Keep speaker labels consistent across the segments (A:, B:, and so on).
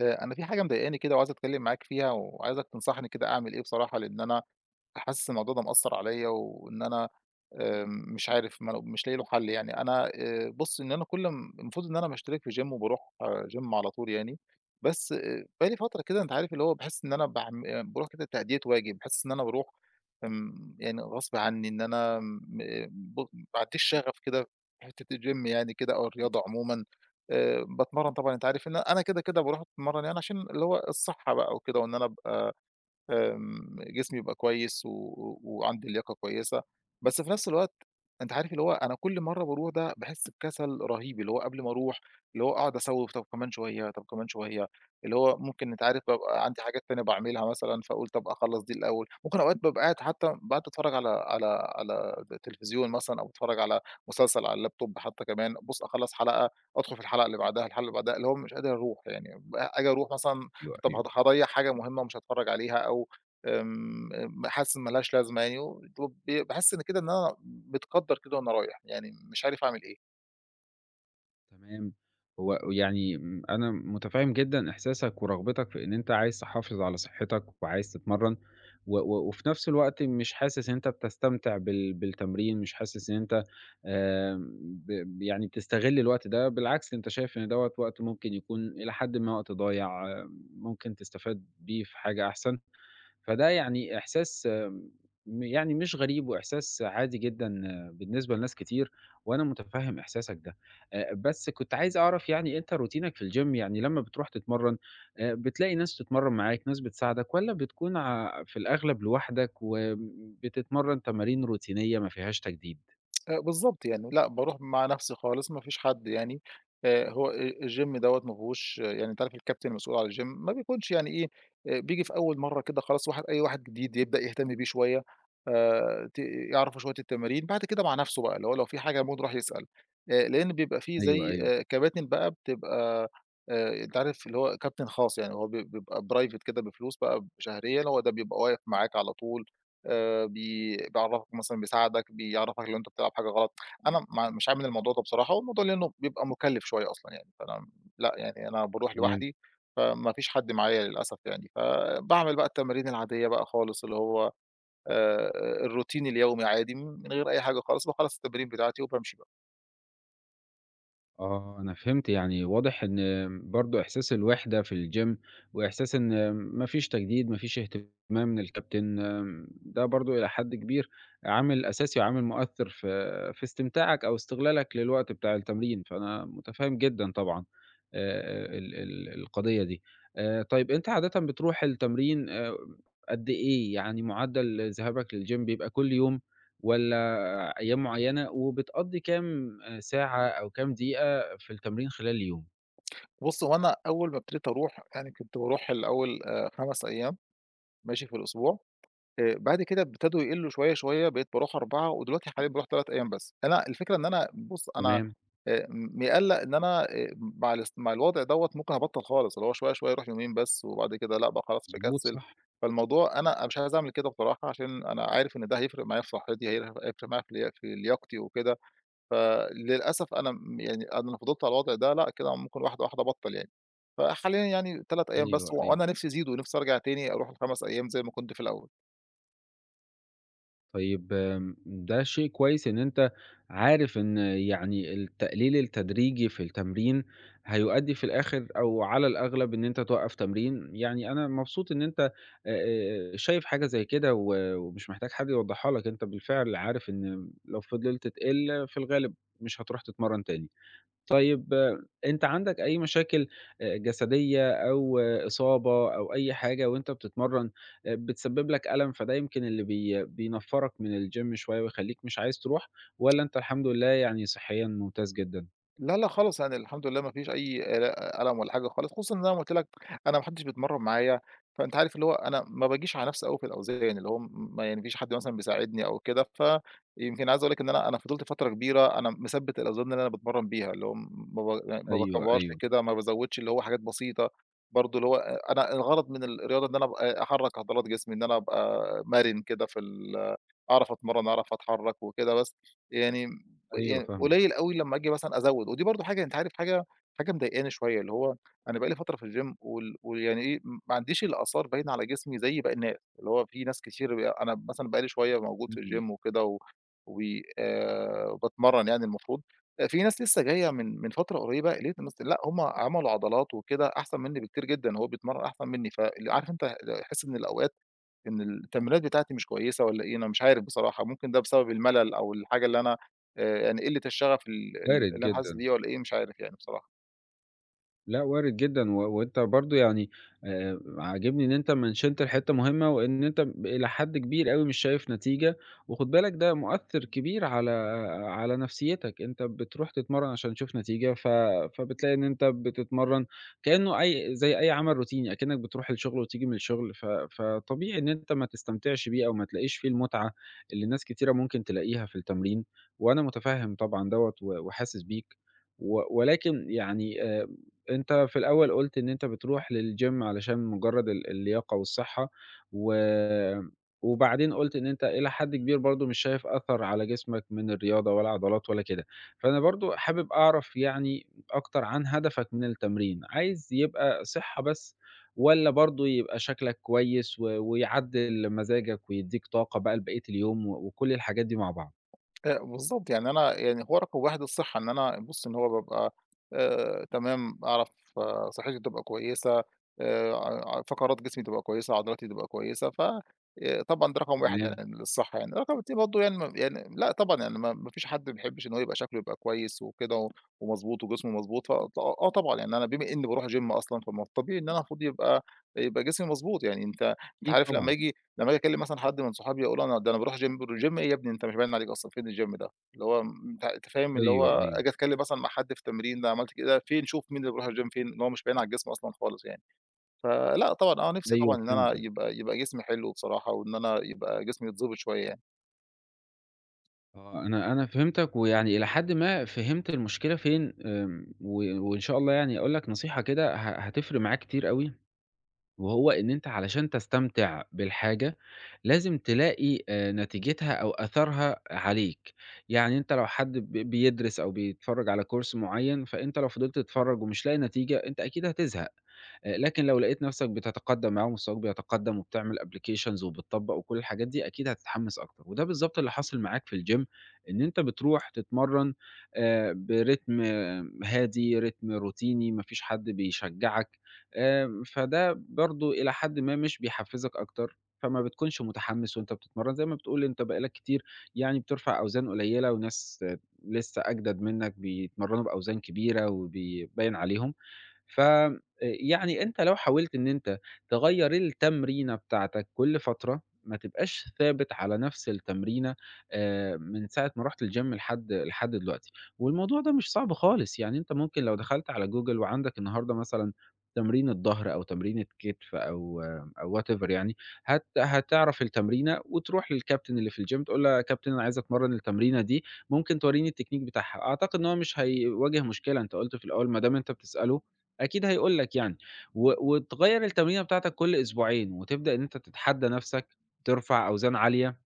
A: أنا في حاجة مضايقاني كده وعايز أتكلّم معاك فيها، وعايزك تنصحني كده أعمل إيه بصراحة، لإن أنا حاسس إن الموضوع ده مأثّر عليَّ، وإن أنا مش عارف ما مش لاقي له حل يعني. أنا بُص إن أنا كل المفروض إن أنا باشترك في gym وباروح gym على طول يعني، بس بقى لي فترة كده أنت عارف اللي هو باحس إن أنا باعم باروح كده تأدية واجب، باحس إن أنا باروح يعني غصب عني إن أنا م آه، ب ما عنديش شغف كده في حتة الgym يعني كده أو الرياضة عمومًا. باتمرّن طبعًا أنت عارف إن أنا كده باروح أتمرّن يعني عشان اللي هو الصحّة بقى وكده وإن أنا أبقى جسمي يبقى كويس و و وعندي لياقة كويسة، بس في نفس الوقت أنت عارف اللي هو أنا كل مرّة باروح ده باحس بكسل رهيب، اللي هو قبل ما أروح اللي هو أقعد أسوّف طب كمان طب كمان شوية، اللي هو ممكن أنت عارف بابقى عندي حاجات تانية باعملها مثلًا فاقول طب أخلّص دي الأول، ممكن أوقات بابقى قاعد حتى باقعد أتفرّج على على التلفزيون مثلًا أو باتفرّج على مسلسل على اللابتوب حتى كمان، بُص أخلّص حلقة أدخل في الحلقة اللي بعدها، اللي هو مش قادر أروح يعني آجي أروح مثلًا
B: أيوه،
A: طب
B: أيوه،
A: هاضيّع حاجة مهمة ومش هاتفرّج عليها أو آمم، آمم، حاسس إن ما لهاش لازمة يعني باحس إن كده إن أنا متقدّر كده وأنا رايح، يعني مش عارف أعمل إيه.
B: تمام. هو يعني أنا مُتفهِّم جدًا إحساسك ورغبتك في إن أنت عايز تحافظ على صحّتك وعايز تتمرّن و و وفي نفس الوقت مش حاسس إن أنت بتستمتع بالتمرين، مش حاسس إن أنت آمم يعني بتستغِل الوقت ده، بالعكس أنت شايف إن دوّة وقت ممكن يكون إلى حدٍ ما وقت ضايع، آه، ممكن تستفاد بيه في حاجة أحسن. فده يعني إحساس، يعني مش غريب وإحساس عادي جدًا آه، بالنسبة لناس كتير، وأنا متفهم إحساسك ده. بس كنت عايز أعرف يعني أنت روتينك في الgym يعني لمّا بتروح تتمرن، بتلاقي ناس تتمرن معاك، ناس بتساعدك، والّا بتكون في الأغلب لوحدك وبتتمرن تمارين روتينية ما فيهاش تجديد؟
A: بالضبط يعني، لأ باروح مع نفسي خالص ما فيش حد يعني، هو الgym دوّة ما فيهوش يعني أنت عارف الكابتن المسؤول على الgym ما بيكونش يعني إيه، بييجي في أول مرّة كده خلاص أي واحد جديد يبدأ يهتم بيه شوية، ت يعرفوا شوية التمارين بعد كده مع نفسه بقى اللي هو لو في حاجة ممكن يروح يسأل، لإن بيبقى في
B: أيوه،
A: زي
B: أيوه،
A: كباتن بقى بتبقى أنت عارف اللي هو كابتن خاص يعني هو بيبقى private كده بفلوس بقى شهريًا هو ده بيبقى واقف معاك على طول. بي بيعرّفك مثلًا بيساعدك، بيعرّفك لو أنت بتلعب حاجة غلط، أنا ما مش عامل الموضوع ده بصراحة، والموضوع لإنه بيبقى مُكلِّف شوية أصلًا يعني، فأنا لأ، يعني أنا باروح
B: فهمت.
A: لوحدي، فما فيش حد معايا للأسف يعني، فباعمل بقى التمارين العادية بقى خالص اللي هو آآ الروتين اليومي عادي من غير أي حاجة خالص، باخلّص التمارين بتاعتي وبامشي بقى.
B: آه، أنا فهمت، يعني واضح إن برضه إحساس الوحدة في الgym وإحساس إن ما فيش تجديد، ما فيش اهتمام من الكابتن، ده برضه إلى حد كبير عامل أساسي وعامل مؤثر في استمتاعك أو استغلالك للوقت بتاع التمرين، فأنا متفهم جدًا طبعًا ال القضية دي. طيب أنت عادةً بتروح التمرين، قد إيه؟ يعني معدل ذهابك للgym بيبقى كل يوم والّا أيام معيّنة، وبتقضّي كام آه، ساعة أو كام دقيقة في التمرين خلال اليوم،
A: بُص، هو أنا أول ما ابتديت أروح يعني كنت باروح الأول 5 أيام ماشي في الأسبوع. بعد كده ابتدوا يقلّوا شوية بقيت باروح 4 ودلوقتي حاليًا باروح 3 أيام بس. أنا الفكرة إن أنا بُص، أنا
B: تمام،
A: مقلّق إن أنا مع الوضع دوّة ممكن أبطّل خالص، اللي هو شوية أروح يومين بس وبعد كده لأ بقى خلاص
B: مضبوط
A: باكسّل،
B: صح؟
A: فالموضوع أنا مش عايز أعمل كده بصراحة عشان أنا عارف إن ده هيفرق معايا في صحّتي، هيفرق معايا في لياقتي وكده، فللأسف أنا يعني أنا لو فضلت على الوضع ده لأ كده ممكن واحدة أبطّل يعني. فحاليًا يعني 3 أيام بس
B: أيوه، أيوه.
A: وأنا نِفْسي يزيدوا، نِفْسي أرجع تاني أروح ال5 أيام زي ما كنت في الأول.
B: طيب، ده شيء كويس إن أنت عارف إن يعني التقليل التدريجي في التمرين هيؤدّي في الآخر أو على الأغلب إن أنت توقّف تمرين، يعني أنا مبسوط إن أنت آآ، شايف حاجة زي كده و ومش محتاج حد يوضّحها لك، أنت بالفعل عارف إن لو فضلت تقِل في الغالب مش هتروح تتمرّن تاني. طيب آه، أنت عندك أي مشاكل جسدية أو آه، إصابة أو أي حاجة وأنت بتتمرّن بتسبب لك ألم، فده يمكن اللي بينفّرك من الgym شوية ويخلّيك مش عايز تروح، والّا أنت الحمد لله يعني صحيًا ممتاز جدًا؟
A: لا، لأ خالص، يعني الحمد لله ما فيش أي ألَم ولا حاجة خالص، خصوصًا إن زي ما قُلت لك أنا ما حدّش بيتمرّن معايا، فأنت عارف اللي هو أنا ما باجيش على نَفْسي أوي في الأوزان، اللي هو م ما يعني ما فيش حد مثلًا بيساعدني أو كده، فيمكن عايز أقول لك إن أنا فضلت فترة كبيرة أنا مثبّت الأوزان اللي أنا باتمرّن بيها، اللي هو ما ب يعني ما
B: أيوه،
A: باكبّرش
B: أيوه،
A: كده، ما بازوّدش، اللي هو حاجات بسيطة، برضه اللي هو أنا الغرض من الرياضة إن أنا أبقى أحرّك عضلات جسمي، إن أنا أبقى مَرِن كده في ال أعرف أتمرّن، أعرف أتحرّك وكده بس، يعني
B: أيوه
A: يعني
B: فاهمك،
A: قليل أوي لمّا آجي مثلًا أزوّد، ودي برضه حاجة أنت عارف حاجة مضايقاني شوية، اللي هو أنا بقى لي فترة في الgym ويعني إيه، ما عنديش الآثار باينة على جسمي زي باقي الناس، اللي هو في ناس كتير أنا مثلًا بقى لي شوية موجود في
B: إمم،
A: الgym وكده و و باتمرّن يعني المفروض، في ناس لسه جاية من فترة قريّبة لقيت الناس لأ، هُم عملوا عضلات وكده أحسن منّي بكتير جدًا، هو بيتمرّن أحسن منّي، فال عارف أنت ال أحس إن الأوقات إن التمرينات بتاعتي مش كويسة والّا إيه؟ أنا مش عارف بصراحة، ممكن ده بسبب الملل أو الحاجة اللي أنا يعني قِلّة الشغف ال ال
B: وارد
A: اللي أنا حاسس
B: جدًا.
A: بيها والّا إيه، مش عارف يعني بصراحة.
B: لأ وارد جدًا، و وأنت برضه يعني عاجبني إن أنت منشنت لحتّة مهمة، وإن أنت إلى حد كبير أوي مش شايف نتيجة، وخُد بالك ده مؤثّر كبير على نفسيتك، أنت بتروح تتمرّن عشان تشوف نتيجة، ف فبتلاقي إن أنت بتتمرّن كإنه أي زي أي عمل روتيني، أكنّك بتروح الشغل وتيجي من الشغل، ف فطبيعي إن أنت ما تستمتعش بيه أو ما تلاقيش فيه المتعة اللي ناس كتيرة ممكن تلاقيها في التمرين، وأنا متفهّم طبعًا دوّة و وحاسس بيك، و ولكن يعني أنت في الأول قُلت إن أنت بتروح للgym علشان مجرد اللياقة والصحة، و وبعدين قُلت إن أنت إلى حد كبير برضه مش شايف أثر على جسمك من الرياضة ولا عضلات ولا كده، فأنا برضه حابب أعرف يعني أكتر عن هدفك من التمرين، عايز يبقى صحة بس والّا برضه يبقى شكلك كويس و ويعدِّل مزاجك ويدّيك طاقة بقى لبقية اليوم و وكل الحاجات دي مع بعض؟
A: بالضبط، يعني أنا يعني هو رقم 1 الصحّة، إن أنا بُص إن هو بابقى تمام، أعرف آه صحّتي تبقى كويسة، آآ ع فقرات جسمي تبقى كويسة، عضلاتي تبقى كويسة، ف طبعًا ده رقم 1
B: تمام،
A: يعني للصحّة يعني، رقم 2 برضه يعني يعني لأ طبعًا يعني ما فيش حد ما بيحبّش إن هو يبقى شكله يبقى كويس وكده ومضبوط وجسمه مضبوط، ف ط آه طبعًا، يعني أنا بما إنّي باروح gym أصلًا، فما الطبيعي إن أنا المفروض يبقى جسمي مضبوط، يعني أنت
B: أكيد
A: عارف لمّا
B: طبعًا،
A: لمّا آجي أكلّم مثلًا حد من صحابي يقول أنا ده أنا باروح gym gym إيه يا ابني أنت مش باين عليك أصلًا فين الgym ده؟ اللي هو أنت فاهم اللي هو
B: أيوه، أيوه،
A: آجي أتكلّم مثلًا مع حد في تمرين ده عملت كده فين شوف مين اللي بيروح الgym فين؟ إن هو مش باين على الجسم أصلًا خالص يعني. فلأ طبعًا آه، نِفْسي طبعًا
B: أيوه
A: إن أنا
B: فهمتك.
A: يبقى جسمي حلو بصراحة وإن أنا يبقى جسمي يتضبط شوية يعني.
B: آه، أنا فهمتك، ويعني إلى حدٍ ما فهمت المشكلة فين، و وإن شاء الله يعني أقول لك نصيحة كده ه هتفرق معاك كتير أوي. وهو إن أنت علشان تستمتع بالحاجة، لازم تلاقي نتيجتها أو أثرها عليك، يعني أنت لو حد ب بيدرس أو بيتفرّج على course معيّن، فأنت لو فضلت تتفرّج ومش لاقي نتيجة، أنت أكيد هتزهق، لكن لو لقيت نفسك بتتقدّم معاه ومستواك بيتقدّم وبتعمل applications وبتطبّق وكل الحاجات دي، أكيد هتتحمّس أكتر، وده بالضبط اللي حاصل معاك في الgym، إن أنت بتروح تتمرّن برتم آه، هادي، رتم روتيني، ما فيش حد بيشجّعك. فده برضه إلى حدٍ ما مش بيحفّزك أكتر، فما بتكونش متحمّس وأنت بتتمرّن، زي ما بتقول أنت بقى لك كتير يعني بترفع أوزان قليّلة وناس آه، لسّه أجدد منّك بيتمرّنوا بأوزان كبيرة وبيبيّن عليهم. ف يعني أنت لو حاولت إن أنت تغيّر التمرينة بتاعتك كل فترة، ما تبقاش ثابت على نفس التمرينة من ساعة ما رُحت الgym لحد دلوقتي، والموضوع ده مش صعب خالص، يعني أنت ممكن لو دخلت على Google وعندك النهارده مثلًا تمرينة ضهر أو تمرينة كتف أو whatever يعني، هت هتعرف التمرينة وتروح للكابتن اللي في الgym تقول له: "يا كابتن أنا عايز أتمرّن التمرينة دي، ممكن تورّيني التكنيك بتاعها." أعتقد إن هو مش هيواجه مشكلة، أنت قُلت في الأول ما دام أنت بتسأله أكيد هيقول لك يعني، و وتغيّر التمرينة بتاعتك كل أسبوعين، وتبدأ إن أنت تتحدى نَفْسك، ترفع أوزان عالية،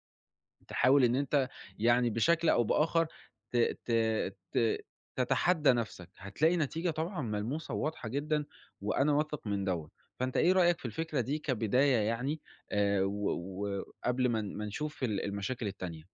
B: تحاول إن أنت يعني بشكل أو بآخر ت ت ت تتحدى نَفْسك، هتلاقي نتيجة طبعًا ملموسة وواضحة جدًا، وأنا واثق من دوّة، فأنت إيه رأيك في الفكرة دي كبداية يعني و وقبل ما ما نشوف المشاكل التانية؟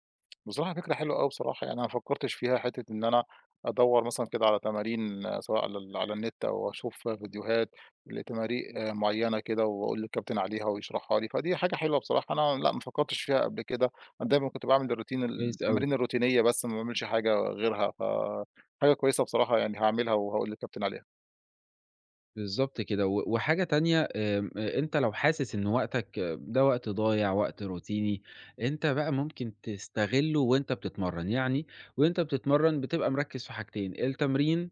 A: بصراحة فكرة حلوة أوي بصراحة، يعني أنا ما فكّرتش فيها حتّة إن أنا أدوّر مثلًا كده على تمارين آه، سواء على النت أو أشوف فيديوهات لتمارين آه، معيّنة كده وأقول للكابتن عليها ويشرحها لي، فدي حاجة حلوة بصراحة أنا لأ، ما فكّرتش فيها قبل كده، أنا دايمًا كنت باعمل
B: كويس أوي.
A: التمارين الروتينية بس ما باعملش حاجة غيرها، ف حاجة كويسة بصراحة يعني هاعملها وهاقول للكابتن عليها.
B: بالضبط كده، و وحاجة تانية أ أنت لو حاسس إن وقتك آه، ده وقت ضايع، وقت روتيني، أنت بقى ممكن تستغلّه وأنت بتتمرّن، يعني وأنت بتتمرّن بتبقى مركّز في حاجتين، التمرين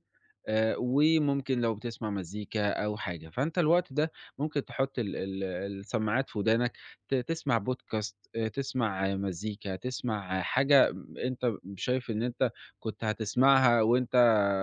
B: آآ، وممكن لو بتسمع مزيكا أو حاجة، فأنت الوقت ده ممكن تحُط ال السماعات في ودانك، ت تسمع podcast تسمع آه، مزيكا، تسمع آه، حاجة أنت شايف إن أنت كنت هتسمعها وأنت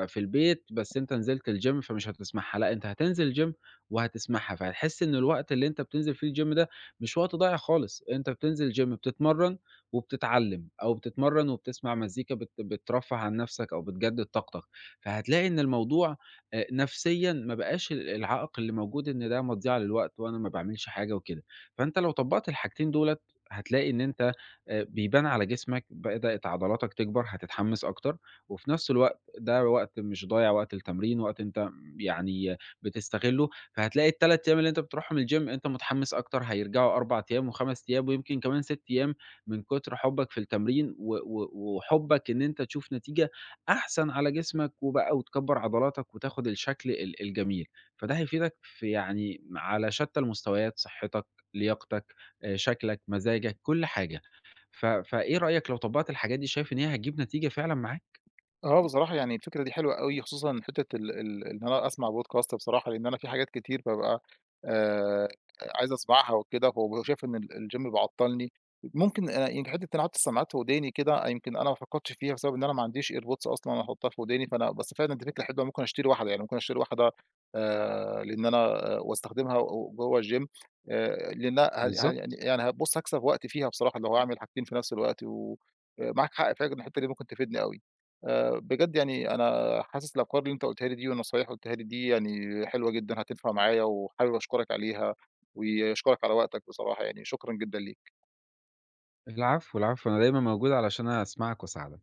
B: في البيت، بس أنت نزلت الgym فمش هتسمعها، لأ أنت هتنزل gym وهتسمعها، فهتحس إن الوقت اللي أنت بتنزل فيه الgym ده مش وقت ضايع خالص، أنت بتنزل gym بتتمرّن وبتتعلّم، أو بتتمرّن وبتسمع مزيكا بت بترفّه عن نَفْسك أو بتجدد طاقتك، فهتلاقي إن الموضوع نفسيًا ما بقاش العائق اللي موجود إن ده مضيَعة للوقت وأنا ما باعملش حاجة وكده، فأنت لو طبّقت الحاجتين دُولة هتلاقي إن أنت بيبان على جسمك، بدأت عضلاتك تكبر، هتتحمّس أكتر، وفي نَفْس الوقت ده وقت مش ضايع وقت التمرين، وقت أنت يعني بتستغلّه، فهتلاقي ال3 أيام اللي أنت بتروحهم الgym أنت متحمّس أكتر، هيرجعوا 4 أيام و5 أيام ويمكن كمان 6 أيام من كتر حُبّك في التمرين و وحُبّك إن أنت تشوف نتيجة أحسن على جسمك وبقى وتكبّر عضلاتك وتاخد الشكل الجميل، فده هيفيدك في يعني على شتّى المستويات، صحّتك، لياقتك، شكلك، مزاجك، كل حاجة، ف فإيه رأيك لو طبّقت الحاجات دي شايف إن هي هتجيب نتيجة فعلًا معاك؟
A: آه، بصراحة يعني الفكرة دي حلوة أوي، خصوصًا حتّة ال ال إن أنا أسمع podcast بصراحة، لإن أنا في حاجات كتير بابقى آآ عايز أسمعها وكده، فبابقى شايف إن الgym بيعطّلني. ممكن أنا يمكن حتّة إن أنا أحُط السماعات في وداني كده، يمكن أنا ما فكّرتش فيها بسبب إن أنا ما عنديش airpods أصلًا أحُطّها في وداني، فأنا بس فعلًا دي فكرة حلوة ممكن أشتري يعني ممكن أشتري واحدة لإن أنا آه، واستخدمها و جوّه الgym لإنها ه ه
B: بالضبط.
A: يعني هابُص هاكسب وقت فيها بصراحة، لو هاعمل حاجتين في نفس الوقت و معاك حق فعلًا الحتّة دي ممكن تفيدني أوي. بجد يعني أنا حاسس الأفكار اللي أنت قُلتها لي دي والنصايح اللي قُلتها لي دي يعني حلوة جدًا هتنفع معايا، وحابب أشكرك عليها، وأشكرك على وقتك بصراحة يعني، شكرًا جدًا ليك.
B: العفو، العفو، أنا دايمًا موجود علشان أسمعك وأساعدك.